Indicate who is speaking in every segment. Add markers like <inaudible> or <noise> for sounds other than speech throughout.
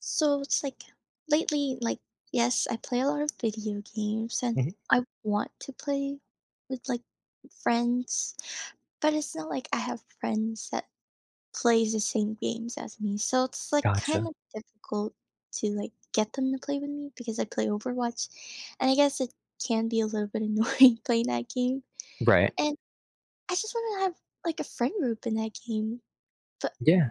Speaker 1: So it's like lately, yes, I play a lot of video games and
Speaker 2: Mhm.
Speaker 1: I want to play with friends, but it's not like I have friends that plays the same games as me. So it's like kind
Speaker 2: Gotcha.
Speaker 1: of difficult to get them to play with me because I play Overwatch and I guess it can be a little bit annoying <laughs> playing that game.
Speaker 2: Right.
Speaker 1: And I just want to have like a friend group in that game. But
Speaker 2: Yeah.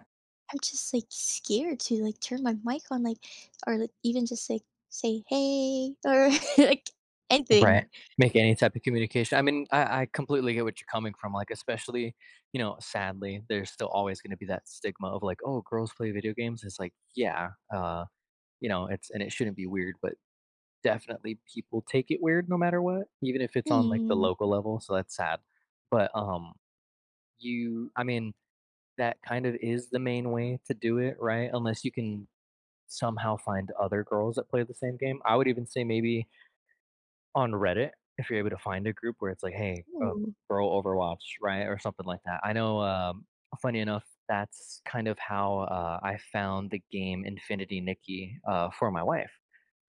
Speaker 1: I'm just like scared to turn my mic on, like, or like even just say hey or <laughs> like anything.
Speaker 2: Right. Make any type of communication. I mean, I completely get what you're coming from, like, especially, you know, sadly, there's still always gonna be that stigma of like, "Oh, girls play video games." It's like, yeah, you know, it's and it shouldn't be weird, but definitely people take it weird no matter what, even if it's on, like, the
Speaker 1: Mm.
Speaker 2: local level, so that's sad. But, you I mean, that kind of is the main way to do it, right? Unless you can somehow find other girls that play the same game. I would even say maybe on Reddit, if you're able to find a group where it's like, "Hey,
Speaker 1: Ooh.
Speaker 2: bro Overwatch," right, or something like that. I know, funny enough, that's kind of how, I found the game Infinity Nikki, for my wife,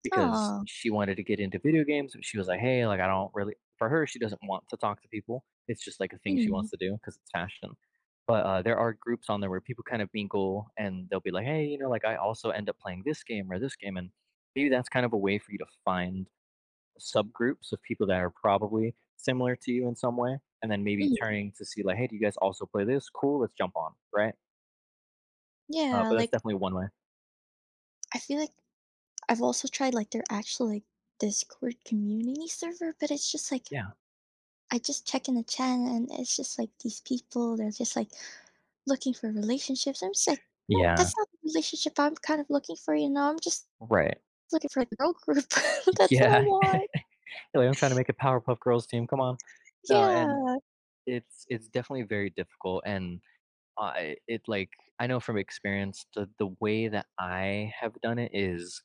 Speaker 2: because
Speaker 1: Oh.
Speaker 2: she wanted to get into video games, but she was like, "Hey, like, I don't really" for her, she doesn't want to talk to people. It's just, like, a thing she
Speaker 1: Mm.
Speaker 2: wants to do because it's fashion. But, there are groups on there where people kind of mingle, and they'll be like, "Hey, you know, like, I also end up playing this game or this game," and maybe that's kind of a way for you to find subgroups of people that are probably similar to you in some way, and then maybe
Speaker 1: Mm.
Speaker 2: turning to see like, hey, do you guys also play this? Cool, let's jump on, right? Uh,
Speaker 1: Yeah.
Speaker 2: but that's definitely one way.
Speaker 1: I feel like I've also tried like their actual like Discord community server, but it's just like
Speaker 2: Yeah.
Speaker 1: I just check in the chat and it's just like these people they're just like looking for relationships. I'm just like, no,
Speaker 2: Yeah.
Speaker 1: that's not the relationship I'm kind of looking for. You know, I'm just
Speaker 2: Right.
Speaker 1: looking for like a girl group. <laughs> That's all I
Speaker 2: Yeah. <laughs> like
Speaker 1: want.
Speaker 2: I'm trying to make a Powerpuff Girls team. Come on. No, and
Speaker 1: Yeah.
Speaker 2: it's definitely very difficult. And I it like, I know from experience, the way that I have done it is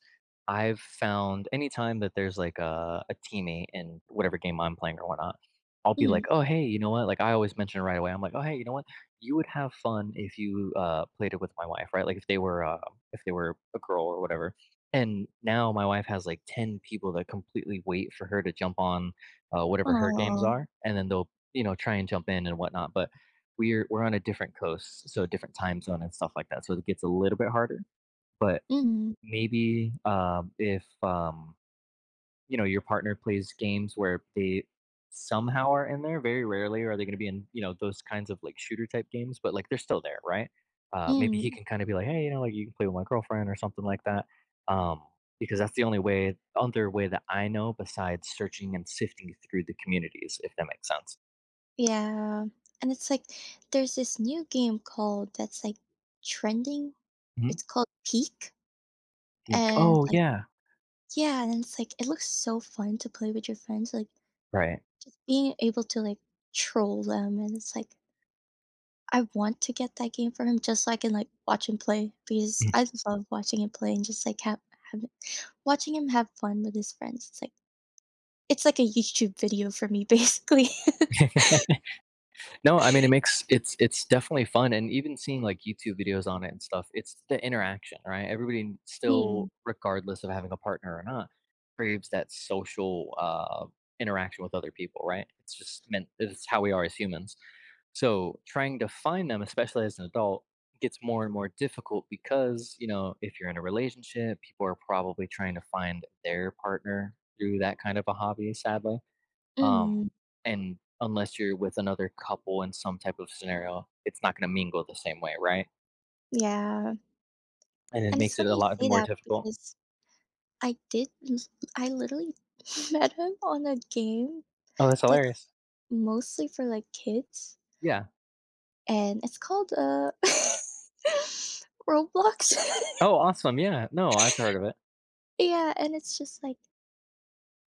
Speaker 2: I've found anytime that there's like a teammate in whatever game I'm playing or whatnot, I'll be
Speaker 1: Mhm.
Speaker 2: like, oh, hey, you know what? Like, I always mention right away. I'm like, oh, hey, you know what? You would have fun if you played it with my wife, right? Like, if they were a girl or whatever. And now my wife has like 10 people that completely wait for her to jump on whatever her games
Speaker 1: Oh.
Speaker 2: are. And then they'll, you know, try and jump in and whatnot. But we're on a different coast, so a different time zone and stuff like that. So it gets a little bit harder. But
Speaker 1: Mhm.
Speaker 2: maybe if you know your partner plays games where they somehow are in there, very rarely are they going to be in you know those kinds of like shooter type games, but like they're still there, right? Maybe he
Speaker 1: Mm.
Speaker 2: can kind of be like, hey, you know, like you can play with my girlfriend or something like that. Um, because that's the only way, other way that I know besides searching and sifting through the communities, if that makes sense.
Speaker 1: Yeah, and it's like there's this new game called that's like trending. It's
Speaker 2: Mhm.
Speaker 1: called Peak,
Speaker 2: Like,
Speaker 1: and,
Speaker 2: oh
Speaker 1: like
Speaker 2: yeah,
Speaker 1: yeah, and it's like it looks so fun to play with your friends, like
Speaker 2: right.
Speaker 1: being able to like troll them, and it's like, I want to get that game for him just so I can like watch him play because I love watching him play and just like have have watching him have fun with his friends. It's like a YouTube video for me, <laughs> basically. <laughs>
Speaker 2: <laughs> No, I mean, it makes it's definitely fun, and even seeing, like, YouTube videos on it and stuff, it's the interaction, right? Everybody
Speaker 1: Mm.
Speaker 2: still, regardless of having a partner or not, craves that social, interaction with other people, right? It's just meant it's how we are as humans. So, trying to find them, especially as an adult, gets more and more difficult because, you know, if you're in a relationship, people are probably trying to find their partner through that kind of a hobby, sadly.
Speaker 1: Mhm.
Speaker 2: Um, and unless you're with another couple in some type of scenario, it's not gonna mingle the same way, right?
Speaker 1: Yeah,
Speaker 2: And it
Speaker 1: and it's
Speaker 2: makes it
Speaker 1: funny
Speaker 2: a
Speaker 1: you
Speaker 2: lot
Speaker 1: say
Speaker 2: more
Speaker 1: that
Speaker 2: difficult.
Speaker 1: because I did l I literally <laughs> met him on a game
Speaker 2: Oh, that's hilarious.
Speaker 1: that's mostly for like kids,
Speaker 2: Yeah.
Speaker 1: and it's called, <laughs> Roblox.
Speaker 2: Oh,
Speaker 1: <laughs>
Speaker 2: awesome. Yeah. No, I've heard of it.
Speaker 1: Yeah, and it's just like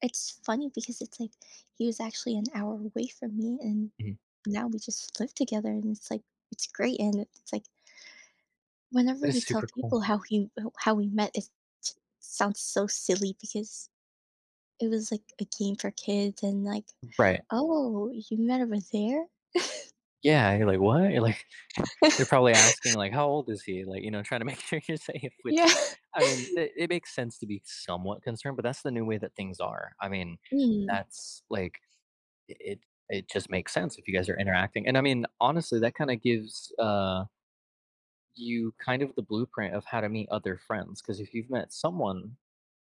Speaker 1: it's funny because it's like he was actually an hour away from me, and
Speaker 2: Mhm.
Speaker 1: now we just live together, and it's like it's great, and it's like whenever
Speaker 2: That
Speaker 1: we
Speaker 2: is
Speaker 1: tell
Speaker 2: super
Speaker 1: people
Speaker 2: cool.
Speaker 1: how he how we met, it sounds so silly because it was like a game for kids and, like
Speaker 2: Right.
Speaker 1: oh, you met over there?
Speaker 2: Yeah. You're like, what? You're like, <laughs> they're
Speaker 1: <laughs>
Speaker 2: probably asking, like, how old is he? Like, you know, trying to make <laughs> sure you're safe, which,
Speaker 1: Yeah.
Speaker 2: I mean, it makes sense to be somewhat concerned, but that's the new way that things are. I mean,
Speaker 1: Mm.
Speaker 2: that's like, it it it just makes sense if you guys are interacting. And I mean, honestly, that kind of gives you kind of the blueprint of how to meet other friends. Because if you've met someone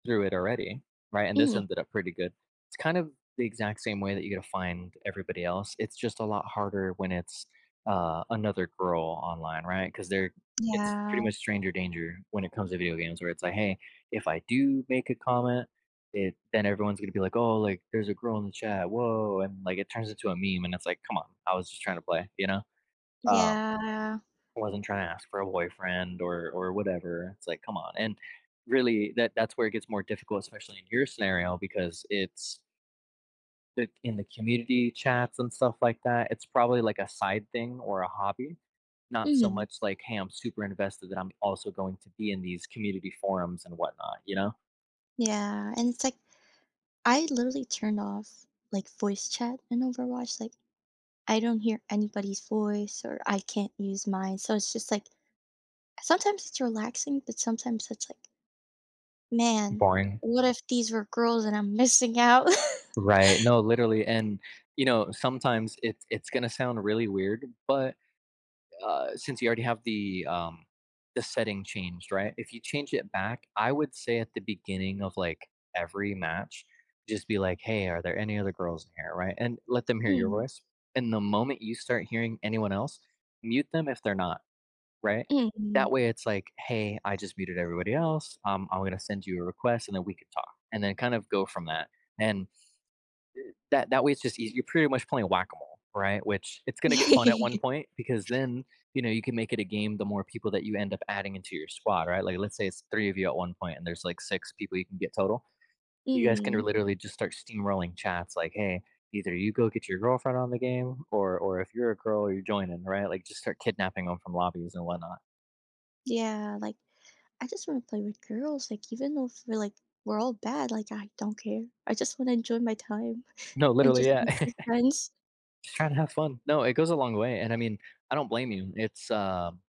Speaker 2: through it already, right? And this
Speaker 1: Mm.
Speaker 2: ended up pretty good. It's kind of the exact same way that you gotta find everybody else. It's just a lot harder when it's, another girl online, right? 'Cause they're It's pretty
Speaker 1: Yeah.
Speaker 2: much stranger danger when it comes to video games where it's like, "Hey, if I do make a comment, it then everyone's gonna be like, oh, like, there's a girl in the chat, whoa,' and, like, it turns into a meme," and it's like, "Come on, I was just trying to play," you know? Um
Speaker 1: Yeah.
Speaker 2: I wasn't trying to ask for a boyfriend or whatever. It's like, come on. And really that's where it gets more difficult, especially in your scenario, because in the community chats and stuff like that. It's probably like a side thing or a hobby. Not so
Speaker 1: Mhm.
Speaker 2: much like, hey, I'm super invested that I'm also going to be in these community forums and whatnot, you know?
Speaker 1: Yeah, and it's like I literally turned off like voice chat in Overwatch, like I don't hear anybody's voice or I can't use mine, so it's just like sometimes it's relaxing, but sometimes it's like, "Man,
Speaker 2: Boring.
Speaker 1: what if these were girls and I'm missing out?" <laughs>
Speaker 2: Right. No, literally. And you know, sometimes it's gonna sound really weird, but since you already have the setting changed, right? If you change it back, I would say at the beginning of like every match, just be like, "Hey, are there any other girls in here?" Right, and let them hear your
Speaker 1: Mm.
Speaker 2: voice. And the moment you start hearing anyone else, mute them if they're not right.
Speaker 1: Mm.
Speaker 2: That way, it's like, "Hey, I just muted everybody else. I'm gonna send you a request, and then we could talk." And then kind of go from that. And that way it's just easy. You're pretty much playing whack-a-mole, right? Which it's going to get fun at one
Speaker 1: <laughs>
Speaker 2: point because then you know you can make it a game. The more people that you end up adding into your squad, right? Like let's say it's three of you at one point, and there's like six people you can get total. You guys can
Speaker 1: Mm.
Speaker 2: literally just start steamrolling chats, like, "Hey, either you go get your girlfriend on the game, or if you're a girl, you're joining, right? Like just start kidnapping them from lobbies and whatnot."
Speaker 1: Yeah, like I just want to play with girls. Like even if we're like we're all bad, like I don't care. I just want to enjoy my time
Speaker 2: No,
Speaker 1: and
Speaker 2: literally,
Speaker 1: just
Speaker 2: yeah.
Speaker 1: make
Speaker 2: <laughs>
Speaker 1: new friends.
Speaker 2: just trying to have fun. No, it goes a long way, and I mean, I don't blame you. It's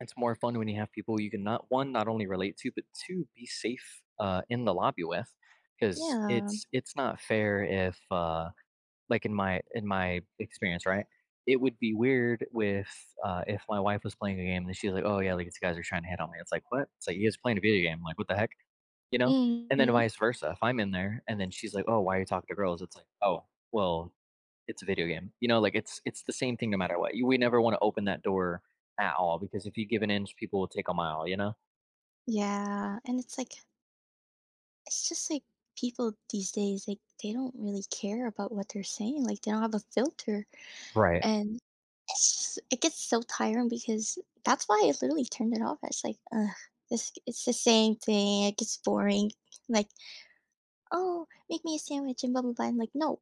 Speaker 2: it's more fun when you have people you can not one, not only relate to, but two, be safe in the lobby with, because
Speaker 1: Yeah.
Speaker 2: it's not fair if like in my experience, right? It would be weird with if my wife was playing a game and she's like, "Oh yeah, like these guys are trying to hit on me." It's like, what? It's like you guys playing a video game? Like what the heck? You know? And then
Speaker 1: Hmm.
Speaker 2: vice versa. If I'm in there and then she's like, "Oh, why are you talking to girls?" It's like, "Oh, well, it's a video game." You know, like it's the same thing no matter what. You We never wanna open that door at all because if you give an inch, people will take a mile, you know?
Speaker 1: Yeah. And it's like it's just like people these days, like they don't really care about what they're saying. Like they don't have a filter.
Speaker 2: Right.
Speaker 1: And it's just, it gets so tiring because that's why I literally turned it off. It's like, ugh, it's the same thing. It gets boring. Like, oh, make me a sandwich and blah, blah, blah. I'm like, no.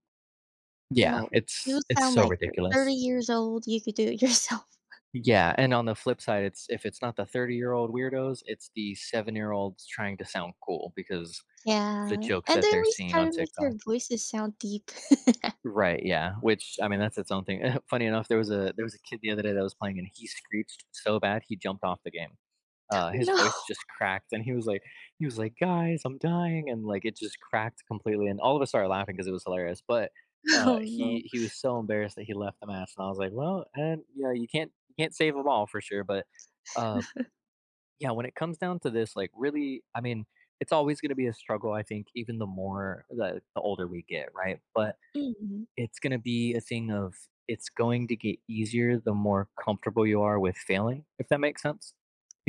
Speaker 2: Yeah,
Speaker 1: No, you
Speaker 2: it's
Speaker 1: sound
Speaker 2: so
Speaker 1: like you're
Speaker 2: ridiculous.
Speaker 1: 30 years old, you could do it <laughs> yourself.
Speaker 2: Yeah, and on the flip side, it's if it's not the 30-year-old weirdos, it's the seven-year-olds trying to sound cool because the
Speaker 1: Yeah,
Speaker 2: jokes
Speaker 1: and
Speaker 2: that
Speaker 1: they
Speaker 2: they're
Speaker 1: always
Speaker 2: seeing
Speaker 1: try
Speaker 2: on
Speaker 1: to make their
Speaker 2: TikTok.
Speaker 1: voices sound deep. <laughs>
Speaker 2: Right, yeah, which I mean, that's its own thing. <laughs> Funny enough, there was a kid the other day that was playing, and he screeched so bad he jumped off the game. His
Speaker 1: No,
Speaker 2: voice just cracked, and he was like, "Guys, I'm dying," and like it just cracked completely, and all of us started laughing because it was hilarious. But
Speaker 1: <laughs> oh, no.
Speaker 2: he was so embarrassed that he left the match, and I was like, "Well, and yeah, you can't save them all for sure." But uh, yeah, when it comes down to this, like really, I mean, it's always going to be a struggle. I think even the more the older we get, right? But
Speaker 1: Mhm.
Speaker 2: it's gonna be a thing of it's going to get easier the more comfortable you are with failing, if that makes sense.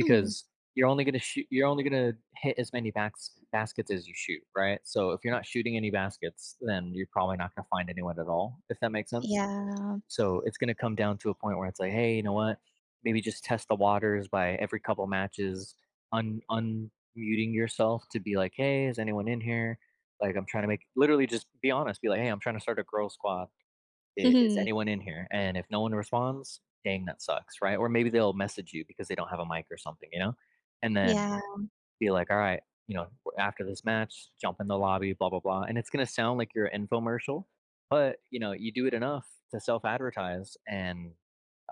Speaker 1: Mhm.
Speaker 2: you're only gonna hit as many backs baskets as you shoot, right? So if you're not shooting any baskets, then you're probably not gonna find anyone at all, if that makes sense.
Speaker 1: Yeah.
Speaker 2: So it's gonna come down to a point where it's like, hey, you know what? Maybe just test the waters by every couple matches, un unmuting yourself to be like, "Hey, is anyone in here?" Like, I'm trying to make literally just be honest, be like, "Hey, I'm trying to start a girl squad. Is
Speaker 1: Mhm.
Speaker 2: anyone in here?" And if no one responds, dang, that sucks, right? Or maybe they'll message you because they don't have a mic or something, you know? And then
Speaker 1: Yeah.
Speaker 2: be like, "All right, you know, after this match, jump in the lobby, blah blah blah," and it's gonna sound like your infomercial, but you know, you do it enough to self-advertise, and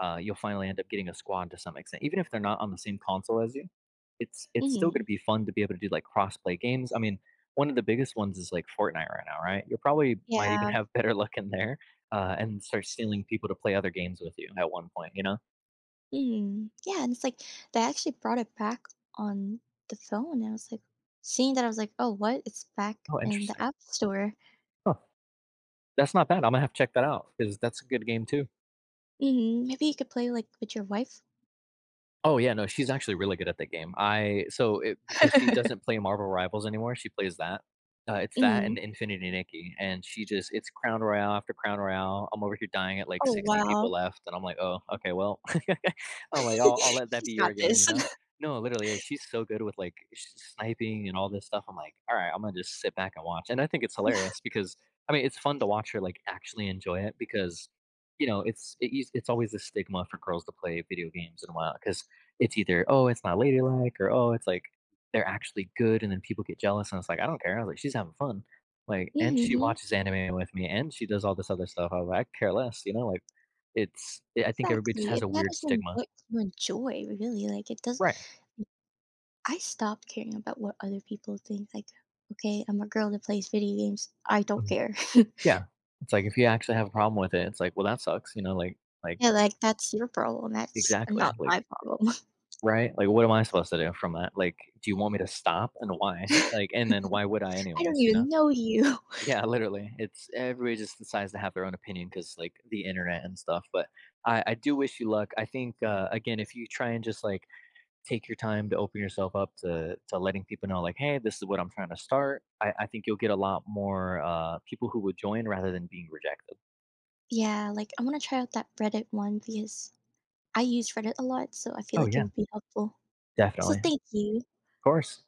Speaker 2: you'll finally end up getting a squad to some extent, even if they're not on the same console as you. It's still gonna
Speaker 1: Mhm.
Speaker 2: be fun to be able to do like cross-play games. I mean, one of the biggest ones is like Fortnite right now, right? You probably might even
Speaker 1: Yeah.
Speaker 2: have better luck in there, and start stealing people to play other games with you at one point, you know?
Speaker 1: Mhm. Yeah, and it's like they actually brought it back on the phone, I was like seeing that, I was like, "Oh, what? It's back
Speaker 2: Oh,
Speaker 1: in the
Speaker 2: interesting.
Speaker 1: App Store."
Speaker 2: Huh. That's not bad. I'm gonna have to check that out because that's a good game too.
Speaker 1: Mhm, maybe you could play like with your wife?
Speaker 2: Oh, yeah, no, she's actually really good at that game. I so it because she doesn't
Speaker 1: <laughs>
Speaker 2: play Marvel Rivals anymore, she plays that. It's that
Speaker 1: Mhm.
Speaker 2: and Infinity Nikki, and she just it's crown royale after crown royale. I'm over here dying at like
Speaker 1: Oh,
Speaker 2: 60 people
Speaker 1: wow.
Speaker 2: left, and I'm like, oh, okay, well, <laughs> I'm like, I'll
Speaker 1: <laughs>
Speaker 2: let that
Speaker 1: She's
Speaker 2: be
Speaker 1: got
Speaker 2: your game, you
Speaker 1: this.
Speaker 2: know?
Speaker 1: <laughs>
Speaker 2: No, literally, yeah, she's so good with like sniping and all this stuff. I'm like, all right, I'm gonna just sit back and watch, and I think it's hilarious because I mean, it's fun to watch her like actually enjoy it because you know, it's always a stigma for girls to play video games and whatnot because it's either, "Oh, it's not ladylike," or, "Oh, it's, like, they're actually good," and then people get jealous, and it's like, "I don't care." I was like, "She's having fun." Like, and she
Speaker 1: Mhm.
Speaker 2: watches anime with me, and she does all this other stuff. I was like, "I care less," you know? Like, it's I think everybody just
Speaker 1: Exactly.
Speaker 2: has
Speaker 1: It
Speaker 2: a weird
Speaker 1: matters on
Speaker 2: stigma.
Speaker 1: what you enjoy, really. Like it does.
Speaker 2: Right.
Speaker 1: I stopped caring about what other people think. Like, okay, I'm a girl that plays video games. I don't
Speaker 2: Mhm.
Speaker 1: care. <laughs>
Speaker 2: Yeah. It's like, if you actually have a problem with it, it's like, "Well, that sucks," you know? Like,
Speaker 1: Yeah,
Speaker 2: it
Speaker 1: like that's your problem. That's
Speaker 2: exactly.
Speaker 1: not
Speaker 2: Like,
Speaker 1: my problem.
Speaker 2: right? Like, what am I supposed to do from that? Like, do you want me to stop, and why? Like,
Speaker 1: <laughs> I
Speaker 2: and then why would I
Speaker 1: don't
Speaker 2: anyways, you know?
Speaker 1: even know you. <laughs>
Speaker 2: Yeah, literally. It's everybody just decides to have their own opinion because like the internet and stuff. But I do wish you luck. I think again, if you try and just like take your time to open yourself up to letting people know, like, hey, this is what I'm trying to start. I think you'll get a lot more people who would join rather than being rejected.
Speaker 1: Yeah, like I wanna try out that Reddit one because I use Reddit a lot, so I feel
Speaker 2: Oh
Speaker 1: like it
Speaker 2: yeah,
Speaker 1: would be helpful. So
Speaker 2: definitely,
Speaker 1: thank
Speaker 2: of
Speaker 1: you.
Speaker 2: course.